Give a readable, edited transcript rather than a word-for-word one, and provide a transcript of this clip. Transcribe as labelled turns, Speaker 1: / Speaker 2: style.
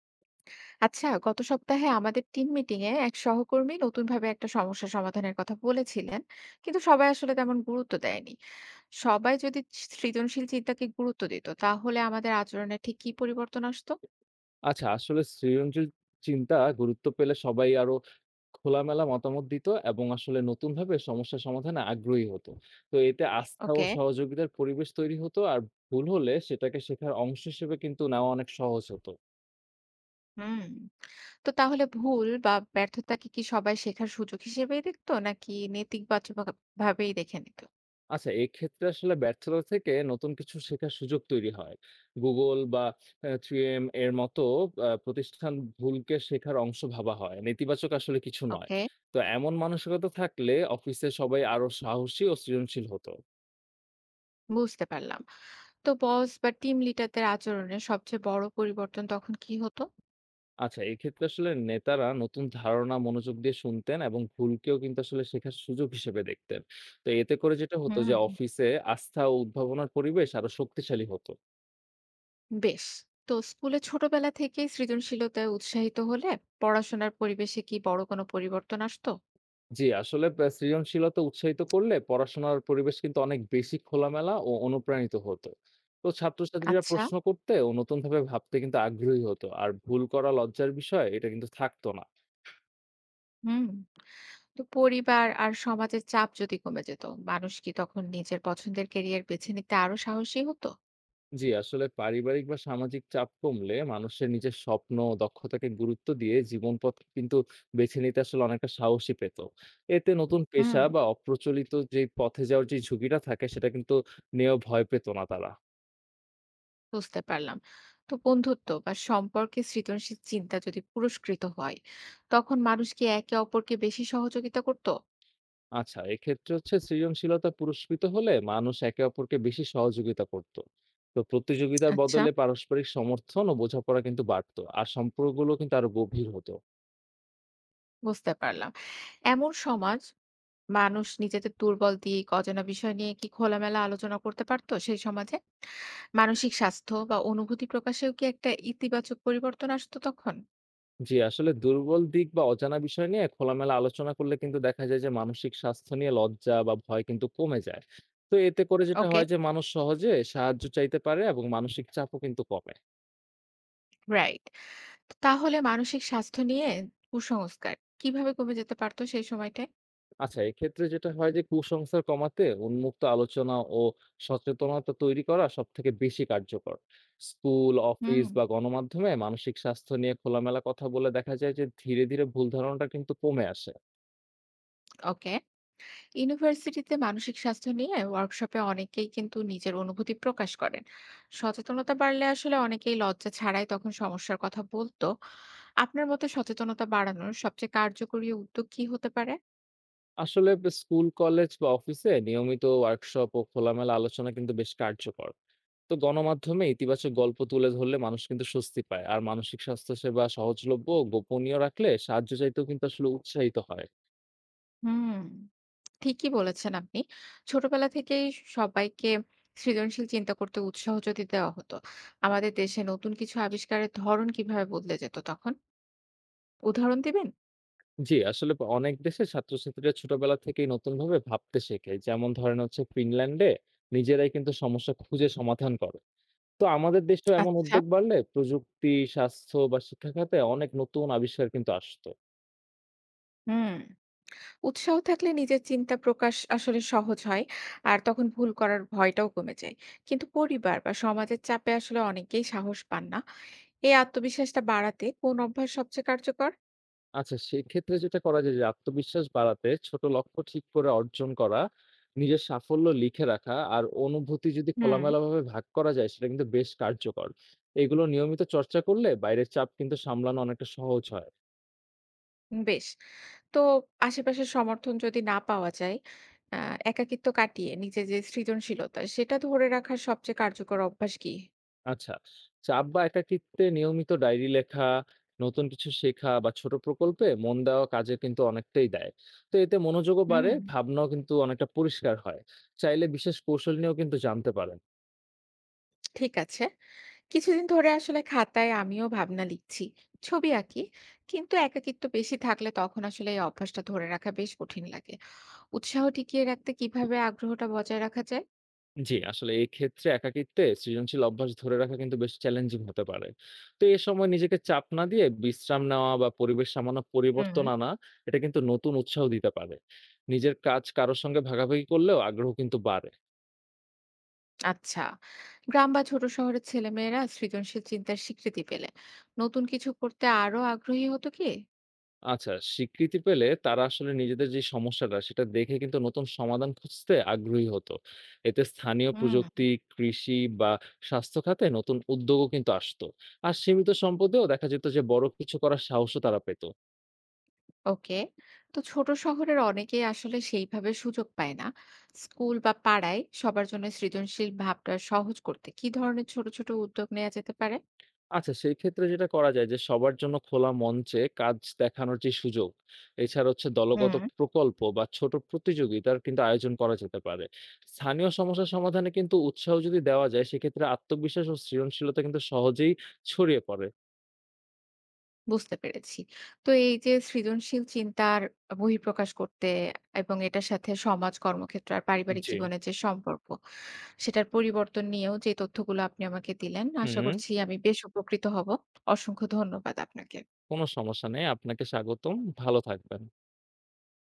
Speaker 1: আচ্ছা, গত সপ্তাহে আমাদের টিম মিটিং এ এক সহকর্মী নতুনভাবে একটা সমস্যা সমাধানের কথা বলেছিলেন, কিন্তু সবাই আসলে তেমন গুরুত্ব দেয়নি। সবাই যদি সৃজনশীল চিন্তাকে গুরুত্ব দিত, তাহলে আমাদের আচরণে ঠিক কি পরিবর্তন আসতো?
Speaker 2: আচ্ছা, আসলে সৃজনশীল চিন্তা গুরুত্ব পেলে সবাই আরো খোলামেলা মতামত দিত এবং আসলে নতুনভাবে সমস্যা সমাধানে আগ্রহী হতো। তো এতে আস্থা ও
Speaker 1: ওকে।
Speaker 2: সহযোগিতার পরিবেশ তৈরি হতো আর ভুল হলে সেটাকে শেখার অংশ হিসেবে কিন্তু নেওয়া অনেক সহজ হতো।
Speaker 1: হুম। তো তাহলে ভুল বা ব্যর্থতাকে কি সবাই শেখার সুযোগ হিসেবেই দেখতো নাকি নেতিবাচক ভাবেই দেখে নিত?
Speaker 2: আচ্ছা, এক্ষেত্রে আসলে ব্যর্থতা থেকে নতুন কিছু শেখার সুযোগ তৈরি হয়। Google বা 3M এর মতো প্রতিষ্ঠান ভুলকে শেখার অংশ ভাবা হয়। নেতিবাচক আসলে কিছু নয়।
Speaker 1: ওকে।
Speaker 2: তো এমন মানসিকতা থাকলে অফিসে সবাই আরো সাহসী ও সৃজনশীল হতো।
Speaker 1: বুঝতে পারলাম। তো বস বা টিম লিডারদের আচরণে সবচেয়ে বড় পরিবর্তন তখন কি হতো?
Speaker 2: আচ্ছা, এক্ষেত্রে আসলে নেতারা নতুন ধারণা মনোযোগ দিয়ে শুনতেন এবং ভুলকেও কিন্তু আসলে শেখার সুযোগ হিসেবে দেখতেন। তো এতে করে যেটা হতো যে
Speaker 1: হুম।
Speaker 2: অফিসে আস্থা ও উদ্ভাবনার পরিবেশ আরো শক্তিশালী হতো।
Speaker 1: বেশ। তো স্কুলে ছোটবেলা থেকেই সৃজনশীলতায় উৎসাহিত হলে পড়াশোনার পরিবেশে কি বড় কোনো পরিবর্তন আসতো?
Speaker 2: জি, আসলে সৃজনশীলতা উৎসাহিত করলে পড়াশোনার পরিবেশ কিন্তু অনেক বেশি খোলামেলা ও অনুপ্রাণিত হতো। তো ছাত্রছাত্রীরা
Speaker 1: আচ্ছা।
Speaker 2: প্রশ্ন করতে ও নতুনভাবে ভাবতে কিন্তু আগ্রহী হতো। আর ভুল করা লজ্জার বিষয় এটা কিন্তু থাকতো না।
Speaker 1: হুম। তো পরিবার আর সমাজের চাপ যদি কমে যেত, মানুষ কি তখন নিজের পছন্দের ক্যারিয়ার বেছে নিতে আরো সাহসী হতো?
Speaker 2: জি, আসলে পারিবারিক বা সামাজিক চাপ কমলে মানুষের নিজের স্বপ্ন ও দক্ষতাকে গুরুত্ব দিয়ে জীবন পথ কিন্তু বেছে নিতে আসলে অনেকটা সাহসী পেত। এতে নতুন
Speaker 1: হুম।
Speaker 2: পেশা বা অপ্রচলিত যে পথে যাওয়ার যে ঝুঁকিটা থাকে সেটা কিন্তু নিয়েও ভয় পেত না তারা।
Speaker 1: বুঝতে পারলাম। তো বন্ধুত্ব বা সম্পর্কে সৃজনশীল চিন্তা যদি পুরস্কৃত হয়, তখন মানুষ কি একে অপরকে বেশি সহযোগিতা করতো?
Speaker 2: আচ্ছা, এক্ষেত্রে হচ্ছে সৃজনশীলতা পুরস্কৃত হলে মানুষ একে অপরকে বেশি সহযোগিতা করত। তো প্রতিযোগিতার
Speaker 1: আচ্ছা।
Speaker 2: বদলে পারস্পরিক সমর্থন ও বোঝাপড়া কিন্তু বাড়তো আর সম্পর্কগুলো কিন্তু আরো গভীর হতো।
Speaker 1: বুঝতে পারলাম। এমন সমাজ, মানুষ নিজেদের দুর্বল দিক, অজানা বিষয় নিয়ে কি খোলামেলা আলোচনা করতে পারতো সেই সমাজে? মানসিক স্বাস্থ্য বা অনুভূতি প্রকাশেও কি একটা ইতিবাচক পরিবর্তন আসতো তখন?
Speaker 2: জি, আসলে দুর্বল দিক বা অজানা বিষয় নিয়ে খোলামেলা আলোচনা করলে কিন্তু দেখা যায় যে মানসিক স্বাস্থ্য নিয়ে লজ্জা বা ভয় কিন্তু কমে যায়। তো এতে করে যেটা
Speaker 1: ওকে,
Speaker 2: হয় যে মানুষ সহজে সাহায্য চাইতে পারে এবং মানসিক চাপও কিন্তু কমে।
Speaker 1: রাইট। তাহলে মানসিক স্বাস্থ্য নিয়ে কুসংস্কার কিভাবে কমে যেতে পারতো সেই সময়টায়?
Speaker 2: আচ্ছা, এক্ষেত্রে যেটা হয় যে কুসংস্কার কমাতে উন্মুক্ত আলোচনা ও সচেতনতা তৈরি করা সব থেকে বেশি কার্যকর। স্কুল
Speaker 1: হুম,
Speaker 2: অফিস বা গণমাধ্যমে মানসিক স্বাস্থ্য নিয়ে খোলামেলা কথা বলে দেখা যায় যে ধীরে ধীরে ভুল ধারণাটা কিন্তু কমে আসে।
Speaker 1: ওকে। ইউনিভার্সিটিতে মানসিক স্বাস্থ্য নিয়ে ওয়ার্কশপে অনেকেই কিন্তু নিজের অনুভূতি প্রকাশ করেন। সচেতনতা বাড়লে আসলে অনেকেই লজ্জা ছাড়াই তখন সমস্যার কথা বলতো। আপনার মতে সচেতনতা বাড়ানোর সবচেয়ে কার্যকরী উদ্যোগ কি হতে পারে?
Speaker 2: আসলে স্কুল কলেজ বা অফিসে নিয়মিত ওয়ার্কশপ ও খোলামেলা আলোচনা কিন্তু বেশ কার্যকর। তো গণমাধ্যমে ইতিবাচক গল্প তুলে ধরলে মানুষ কিন্তু স্বস্তি পায় আর মানসিক স্বাস্থ্য সেবা সহজলভ্য ও গোপনীয় রাখলে সাহায্য চাইতেও কিন্তু আসলে উৎসাহিত হয়।
Speaker 1: হুম, ঠিকই বলেছেন আপনি। ছোটবেলা থেকেই সবাইকে সৃজনশীল চিন্তা করতে উৎসাহ যদি দেওয়া হতো, আমাদের দেশে নতুন কিছু আবিষ্কারের ধরন কিভাবে বদলে যেত তখন? উদাহরণ দিবেন?
Speaker 2: জি আসলে অনেক দেশে ছাত্রছাত্রীরা ছোটবেলা থেকেই নতুন ভাবে ভাবতে শেখে, যেমন ধরেন হচ্ছে ফিনল্যান্ডে নিজেরাই কিন্তু সমস্যা খুঁজে সমাধান করে। তো আমাদের দেশেও এমন
Speaker 1: আচ্ছা।
Speaker 2: উদ্যোগ বাড়লে প্রযুক্তি স্বাস্থ্য বা শিক্ষা খাতে অনেক নতুন আবিষ্কার কিন্তু আসতো।
Speaker 1: হুম। উৎসাহ থাকলে নিজের চিন্তা প্রকাশ আসলে সহজ হয়, আর তখন ভুল করার ভয়টাও কমে যায়। কিন্তু পরিবার বা সমাজের চাপে আসলে অনেকেই সাহস পান না। এই আত্মবিশ্বাসটা বাড়াতে কোন অভ্যাস সবচেয়ে কার্যকর?
Speaker 2: আচ্ছা, সেক্ষেত্রে যেটা করা যায় যে আত্মবিশ্বাস বাড়াতে ছোট লক্ষ্য ঠিক করে অর্জন করা, নিজের সাফল্য লিখে রাখা আর অনুভূতি যদি
Speaker 1: হুম।
Speaker 2: খোলামেলাভাবে ভাগ করা যায় সেটা কিন্তু বেশ কার্যকর। এগুলো নিয়মিত চর্চা করলে বাইরের চাপ কিন্তু সামলানো অনেকটা সহজ হয়।
Speaker 1: বেশ। তো আশেপাশের সমর্থন যদি না পাওয়া যায়, আ একাকিত্ব কাটিয়ে নিজের যে সৃজনশীলতা সেটা ধরে রাখার সবচেয়ে কার্যকর অভ্যাস কি?
Speaker 2: আচ্ছা, চাপ বা একাকিত্বে নিয়মিত ডায়েরি লেখা, নতুন কিছু শেখা বা ছোট প্রকল্পে মন দেওয়া কাজে কিন্তু অনেকটাই দেয়। তো এতে মনোযোগও
Speaker 1: হুম,
Speaker 2: বাড়ে, ভাবনাও কিন্তু অনেকটা পরিষ্কার হয়। চাইলে বিশেষ কৌশল নিয়েও কিন্তু জানতে পারেন।
Speaker 1: ঠিক আছে। কিছুদিন ধরে আসলে খাতায় আমিও ভাবনা লিখছি, ছবি আঁকি। কিন্তু একাকিত্ব বেশি থাকলে তখন আসলে এই অভ্যাসটা ধরে রাখা বেশ কঠিন লাগে। উৎসাহ টিকিয়ে রাখতে কিভাবে আগ্রহটা বজায় রাখা যায়?
Speaker 2: জি, আসলে এক্ষেত্রে একাকিত্বে সৃজনশীল অভ্যাস ধরে রাখা কিন্তু বেশ চ্যালেঞ্জিং হতে পারে। তো এ সময় নিজেকে চাপ না দিয়ে বিশ্রাম নেওয়া বা পরিবেশ সামান্য
Speaker 1: হুম।
Speaker 2: পরিবর্তন আনা, এটা কিন্তু নতুন উৎসাহ দিতে পারে। নিজের কাজ কারো সঙ্গে ভাগাভাগি করলেও আগ্রহ কিন্তু বাড়ে।
Speaker 1: আচ্ছা। গ্রাম বা ছোট শহরের ছেলেমেয়েরা সৃজনশীল চিন্তার স্বীকৃতি পেলে নতুন কিছু করতে আরো আগ্রহী হতো কি?
Speaker 2: আচ্ছা, স্বীকৃতি পেলে তারা আসলে নিজেদের যে সমস্যাটা, সেটা দেখে কিন্তু নতুন সমাধান খুঁজতে আগ্রহী হতো। এতে স্থানীয়
Speaker 1: হুম।
Speaker 2: প্রযুক্তি, কৃষি বা স্বাস্থ্য খাতে নতুন উদ্যোগও কিন্তু আসতো। আর সীমিত সম্পদেও দেখা যেত যে বড় কিছু করার সাহসও তারা পেত।
Speaker 1: ওকে। তো ছোট শহরের অনেকেই আসলে সেইভাবে সুযোগ পায় না। স্কুল বা পাড়ায় সবার জন্য সৃজনশীল ভাবটা সহজ করতে কি ধরনের ছোট ছোট উদ্যোগ নেওয়া যেতে পারে?
Speaker 2: আচ্ছা, সেই ক্ষেত্রে যেটা করা যায় যে সবার জন্য খোলা মঞ্চে কাজ দেখানোর যে সুযোগ, এছাড়া হচ্ছে দলগত
Speaker 1: হুম।
Speaker 2: প্রকল্প বা ছোট প্রতিযোগিতার কিন্তু আয়োজন করা যেতে পারে। স্থানীয় সমস্যা সমাধানে কিন্তু উৎসাহ যদি দেওয়া যায় সেক্ষেত্রে আত্মবিশ্বাস ও সৃজনশীলতা কিন্তু সহজেই ছড়িয়ে পড়ে।
Speaker 1: বুঝতে পেরেছি। তো এই যে সৃজনশীল চিন্তার বহিঃপ্রকাশ করতে এবং এটার সাথে সমাজ কর্মক্ষেত্র আর পারিবারিক
Speaker 2: জি,
Speaker 1: জীবনের যে সম্পর্ক, সেটার পরিবর্তন নিয়েও যে তথ্যগুলো আপনি আমাকে দিলেন, আশা
Speaker 2: হুম,
Speaker 1: করছি আমি বেশ উপকৃত হব। অসংখ্য ধন্যবাদ আপনাকে।
Speaker 2: কোনো সমস্যা নেই। আপনাকে স্বাগতম। ভালো থাকবেন।